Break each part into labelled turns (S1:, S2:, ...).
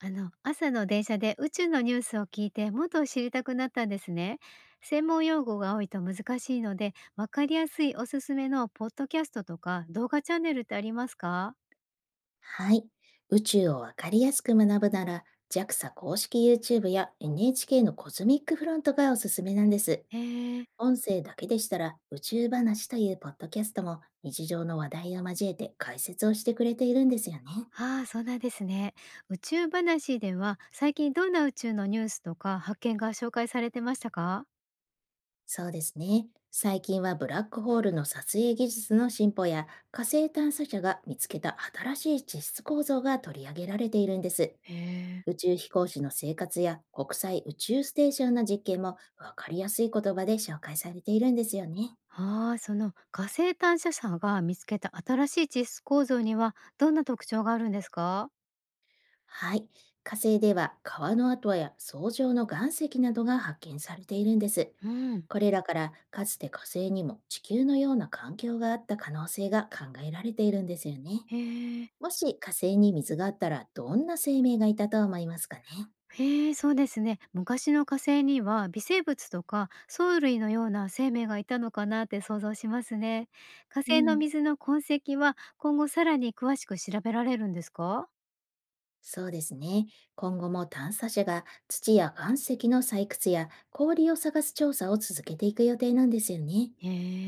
S1: 朝の電車で宇宙のニュースを聞いてもっと知りたくなったんですね。専門用語が多いと難しいので、わかりやすいおすすめのポッドキャストとか動画チャンネルってありますか？
S2: はい。宇宙をわかりやすく学ぶなら、JAXA 公式 YouTube や NHK のコズミックフロントがおすすめなんです。
S1: へえ。
S2: 音声だけでしたら、宇宙話というポッドキャストも日常の話題を交えて解説をしてくれているんですよね。
S1: ああ、そうなんですね。宇宙話では最近どんな宇宙のニュースとか発見が紹介されてましたか？
S2: そうですね。最近はブラックホールの撮影技術の進歩や火星探査車が見つけた新しい地質構造が取り上げられているんです。
S1: へえ。
S2: 宇宙飛行士の生活や国際宇宙ステーションの実験もわかりやすい言葉で紹介されているんですよね。
S1: ああ、その火星探査車が見つけた新しい地質構造にはどんな特徴があるんですか？
S2: はい。火星では川の跡や層状の岩石などが発見されているんです。
S1: うん。
S2: これらからかつて火星にも地球のような環境があった可能性が考えられているんですよね。
S1: へえ。
S2: もし火星に水があったらどんな生命がいたと思いますかね。
S1: へえ、そうですね。昔の火星には微生物とか藻類のような生命がいたのかなって想像しますね。火
S2: う
S1: 星の
S2: ん。
S1: 水の痕跡は今後さらに詳しく調べられるんですか？
S2: そうですね。今後も探査車が土や岩石の採掘や氷を探す調査を続けていく予定なんですよね。
S1: へ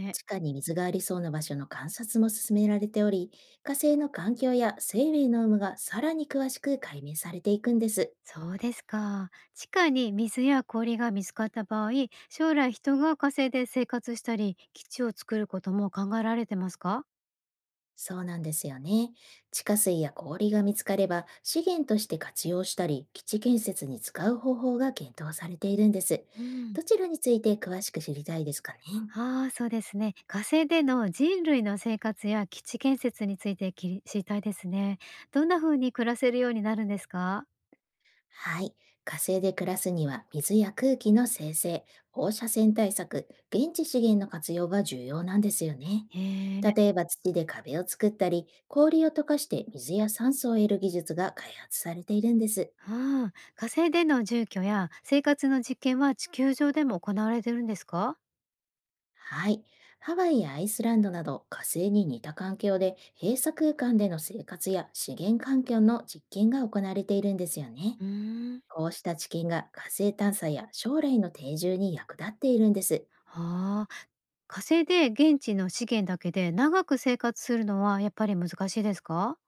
S1: え、
S2: 地下に水がありそうな場所の観察も進められており、火星の環境や生命の有無がさらに詳しく解明されていくんです。
S1: そうですか。地下に水や氷が見つかった場合、将来人が火星で生活したり基地を作ることも考えられてますか？
S2: そうなんですよね。地下水や氷が見つかれば資源として活用したり、基地建設に使う方法が検討されているんです。
S1: うん。
S2: どちらについて詳しく知りたいですかね。
S1: ああ、そうですね。火星での人類の生活や基地建設についてきり知りたいですね。どんな風に暮らせるようになるんですか？
S2: はい。火星で暮らすには水や空気の生成、放射線対策、現地資源の活用が重要なんですよね。
S1: へえ。
S2: 例えば土で壁を作ったり、氷を溶かして水や酸素を得る技術が開発されているんです。
S1: ああ、火星での住居や生活の実験は地球上でも行われてるんですか？
S2: はい。ハワイやアイスランドなど火星に似た環境で閉鎖空間での生活や資源環境の実験が行われているんですよね。
S1: うーん。
S2: こうした知見が火星探査や将来の定住に役立っているんです。
S1: ああ。火星で現地の資源だけで長く生活するのはやっぱり難しいですか？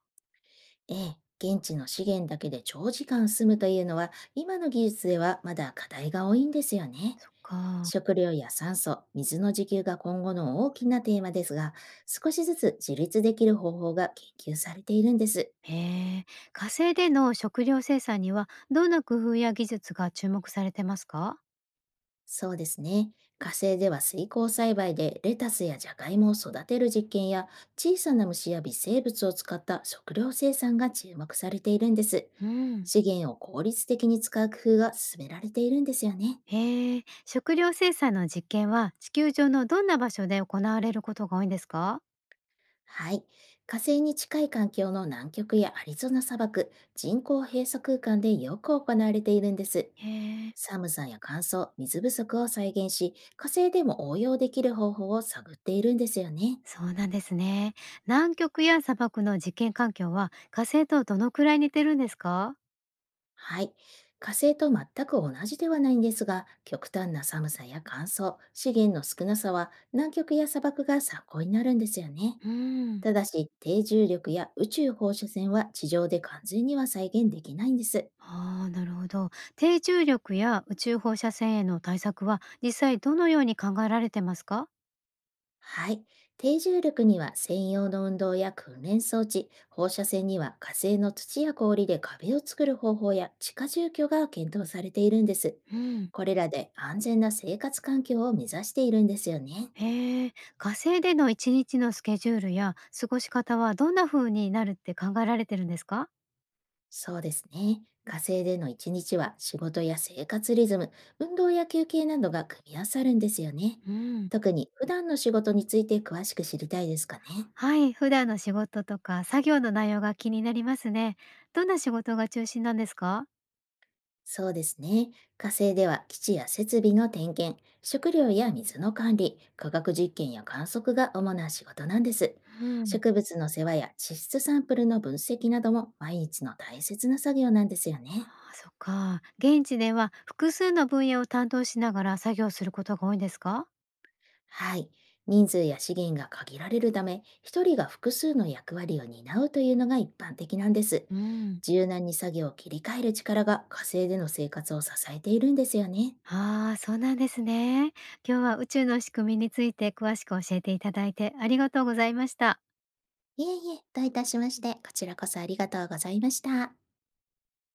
S2: ええ、現地の資源だけで長時間住むというのは、今の技術ではまだ課題が多いんですよね。
S1: そっか。
S2: 食料や酸素、水の自給が今後の大きなテーマですが、少しずつ自立できる方法が研究されているんです。
S1: へえ。火星での食料生産にはどんな工夫や技術が注目されてますか？
S2: そうですね。火星では水耕栽培でレタスやジャガイモを育てる実験や、小さな虫や微生物を使った食料生産が注目されているんです。
S1: うん。
S2: 資源を効率的に使う工夫が進められているんですよね。
S1: へえ、食料生産の実験は地球上のどんな場所で行われることが多いんですか？
S2: はい。火星に近い環境の南極やアリゾナ砂漠、人工閉鎖空間でよく行われているんです。
S1: へえ、
S2: 寒さや乾燥、水不足を再現し、火星でも応用できる方法を探っているんですよね。
S1: そうなんですね。南極や砂漠の実験環境は火星とどのくらい似てるんですか？
S2: はい。火星と全く同じではないんですが、極端な寒さや乾燥、資源の少なさは南極や砂漠が参考になるんですよね。
S1: うん。
S2: ただし、低重力や宇宙放射線は地上で完全には再現できないんです。
S1: ああ、なるほど。低重力や宇宙放射線への対策は実際どのように考えられてますか？
S2: はい。低重力には専用の運動や訓練装置、放射線には火星の土や氷で壁を作る方法や地下住居が検討されているんです。
S1: うん。
S2: これらで安全な生活環境を目指しているんですよね。
S1: へえ、火星での一日のスケジュールや過ごし方はどんな風になるって考えられてるんですか？
S2: そうですね。火星での一日は仕事や生活リズム、運動や休憩などが組み合わさるんですよね。
S1: うん。
S2: 特に普段の仕事について詳しく知りたいですかね。
S1: はい、普段の仕事とか作業の内容が気になりますね。どんな仕事が中心なんですか？
S2: そうですね。火星では基地や設備の点検、食料や水の管理、科学実験や観測が主な仕事なんです。
S1: うん、
S2: 植物の世話や地質サンプルの分析なども毎日の大切な作業なんですよね。
S1: あ、そっか。現地では複数の分野を担当しながら作業することが多いんですか？
S2: はい。人数や資源が限られるため、一人が複数の役割を担うというのが一般的なんです。
S1: うん、
S2: 柔軟に作業を切り替える力が火星での生活を支えているんですよね。
S1: ああ、そうなんですね。今日は宇宙の仕組みについて詳しく教えていただいてありがとうございました。
S2: いえいえ、どういたしまして、こちらこそありがとうございました。